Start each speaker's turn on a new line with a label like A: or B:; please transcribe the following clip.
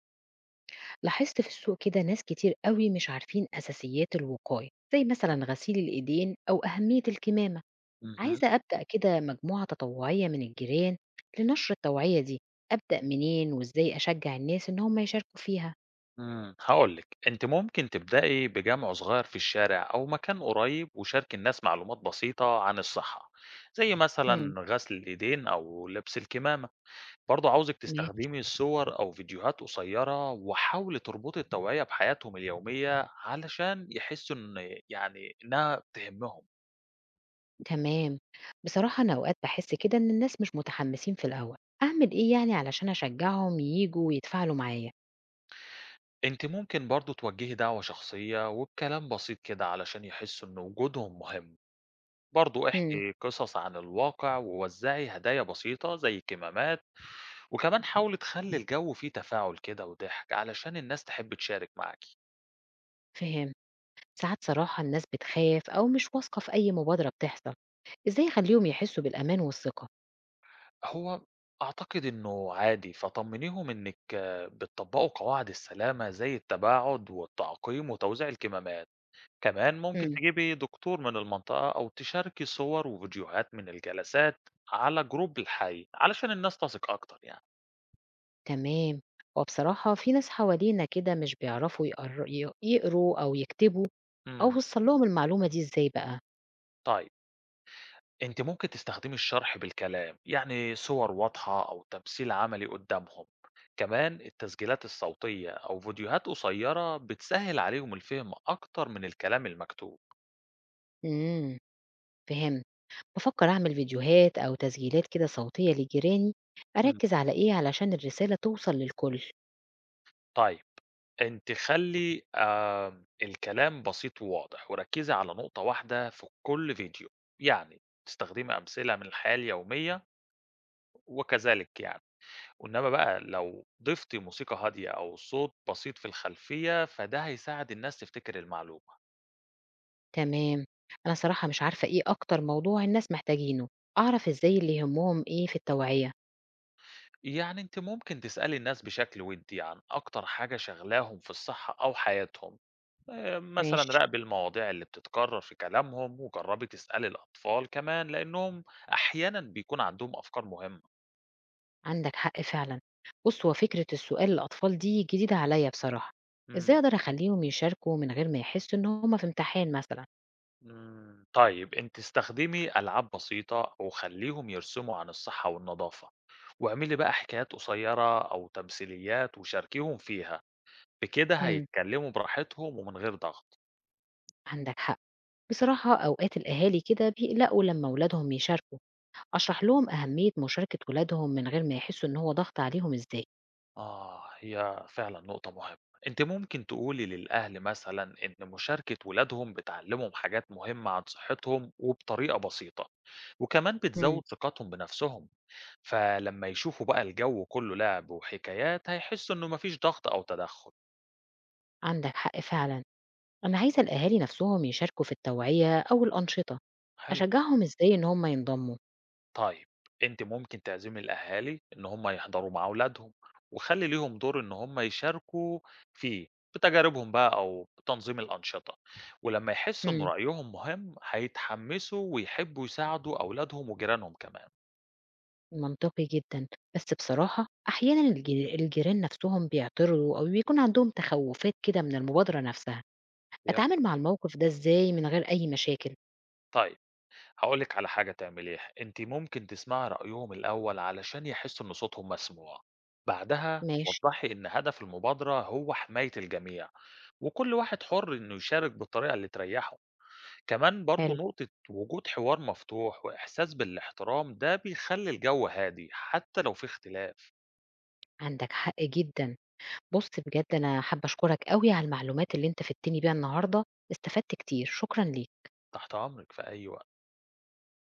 A: لاحظت في السوق كده ناس كتير قوي مش عارفين أساسيات الوقاية زي
B: إمم.
A: مثلا غسيل الإيدين أو أهمية الكمامة.
B: اهم.
A: عايزة أبدأ كده مجموعة تطوعية من الجيران لنشر التوعية دي. أبدأ منين وإزاي أشجع الناس إن هم يشاركوا فيها؟
B: إمم. هاقول لِك، أنتِ ممكن تبدئي بجمع صغير في الشارع أو مكان قريب وشاركي الناس معلومات بسيطة عن الصحة، زي
A: مم.
B: مثلًا غسل الإيدين أو لبس الكمامة. برضه عاوزِك
A: ماشي.
B: تستخدمي صور أو فيديوهات قصيرة وحاولي تربطي التوعية بحياتهم اليومية علشان يحسّوا إن يعني إنها بتهمّهم.
A: تمام. بصراحة أنا أوقات بحس كده إن الناس مش متحمسين في الأول، أعمل إيه يعني علشان أشجعهم ييجوا ويتفاعلوا معايا؟
B: أنتِ ممكن برضه توجّهي دعوة شخصية وبكلام بسيط كده علشان يحسّوا إن وجودهم مهم. برضه
A: مم.
B: احكي قصص عن الواقع ووزعي هدايا بسيطة زي كمامات، وكمان حاولي تخلي الجو فيه تفاعل كده وضحك علشان الناس تحب تشارك معاكي.
A: فهم. ساعات صراحة الناس بتخاف أو مش واثقة في أي مبادرة بتحصل، إزاي أخليهم يحسوا بالأمان والثقة؟
B: هو أعتقد إنه عادي فطمنيهم إنك آه، بتطبقوا قواعد السلامة زي التباعد والتعقيم وتوزيع الكمامات. كمان ممكن
A: مم.
B: تجيبي دكتور من المنطقة أو تشاركي صور وفيديوهات من الجلسات على جروب الحي علشان الناس تثق أكتر يعني.
A: تمام. وبصراحة في ناس حوالينا كده مش بيعرفوا يقروا أو يكتبوا،
B: مم.
A: أو وصل لهم المعلومة دي إزاي بقى؟
B: طيب أنتِ ممكن تستخدمي الشرح بالكلام، يعني صور واضحة أو تمثيل عملي قدّامهم، كمان التسجيلات الصوتية أو فيديوهات قصيرة بتسهّل عليهم الفهم أكتر من الكلام المكتوب.
A: امم فهمت. بفكر أعمل فيديوهات أو تسجيلات كده صوتية لجيراني،
B: امم.
A: أركز على إيه علشان الرسالة توصل للكل؟
B: طيب أنتِ خلّي الكلام بسيط وواضح، وركّزي على نقطة واحدة في كل فيديو، يعني تستخدمي أمثلة من الحياة اليومية وكذلك يعني، وإنما بقى لو ضفتِ موسيقى هادية أو صوت بسيط في الخلفية، فده هيساعد الناس تفتكر المعلومة.
A: تمام. أنا صراحة مش عارفة إيه أكتر موضوع الناس محتاجينه، أعرف إزاي اللي يهمهم إيه في التوعية؟
B: يعني أنتِ ممكن تسألي الناس بشكل ودي عن أكتر حاجة شاغلاهم في الصحة أو حياتهم، مثلًا
A: ماشي.
B: راقبي المواضيع اللي بتتكرر في كلامهم، وجربي تسألي الأطفال كمان لأنهم أحيانًا بيكون عندهم أفكار مهمة.
A: عندك حق فعلا. بص هو فكرة السؤال للأطفال دي جديدة عليا بصراحة، إزاي
B: إمم،
A: أقدر أخليهم يشاركوا من غير ما يحسوا إن هما في امتحان مثلا؟
B: إمم، طيب أنتِ استخدمي ألعاب بسيطة وخلّيهم يرسموا عن الصحة والنضافة، واعملي بقى حكايات قصيرة أو تمثيليات وشاركيهم فيها، بكده
A: مم.
B: هيتكلموا براحتهم ومن غير ضغط.
A: عندك حق. بصراحة أوقات الأهالي كده بيقلقوا لما أولادهم يشاركوا، أشرح لهم أهمية مشاركة ولادهم من غير ما يحسوا إن هو ضغط عليهم إزاي؟
B: آه هي فعلا نقطة مهمة. أنت ممكن تقولي للأهل مثلا إن مشاركة ولادهم بتعلمهم حاجات مهمة عن صحتهم وبطريقة بسيطة وكمان
A: مم.
B: بتزود ثقتهم بنفسهم. فلما يشوفوا بقى الجو كله لعب وحكايات هيحسوا إنه مفيش ضغط أو تدخل.
A: عندك حق فعلا. أنا عايزة الأهالي نفسهم يشاركوا في التوعية أو الأنشطة،
B: حلو.
A: أشجعهم إزاي إن هما ينضموا؟
B: طيب أنتِ ممكن تعزمي الأهالي إن هم يحضروا مع أولادهم، وخلّي ليهم دور إن هم يشاركوا فيه، بتجاربهم بقى أو بتنظيم الأنشطة، ولمّا يحسّوا إن
A: مم.
B: رأيهم مهم هيتحمّسوا ويحبّوا يساعدوا أولادهم وجيرانهم كمان.
A: منطقي جدًا، بس بصراحة أحيانًا الجيران نفسهم بيعترضوا أو بيكون عندهم تخوّفات كده من المبادرة نفسها،
B: يا
A: أتعامل مع الموقف ده إزاي من غير أي مشاكل؟
B: طيب هاقول لِك على حاجة تعمليها، أنتِ ممكن تسمعي رأيهم الأول علشان يحسّوا إن صوتهم مسموع، بعدها
A: ماشي،
B: وضّحي إن هدف المبادرة هو حماية الجميع، وكل واحد حُر إنه يشارك بالطريقة اللي تريّحه. كمان برضو
A: حلو،
B: نقطة وجود حوار مفتوح وإحساس بالاحترام ده بيخلي الجو هادي حتى لو في اختلاف.
A: عندك حق جدًا. بُص بجد أنا حابة أشكرك أوي على المعلومات اللي أنت فدتني بيها النهارده، استفدت كتير، شكرًا ليك.
B: تحت أمرك في أي وقت.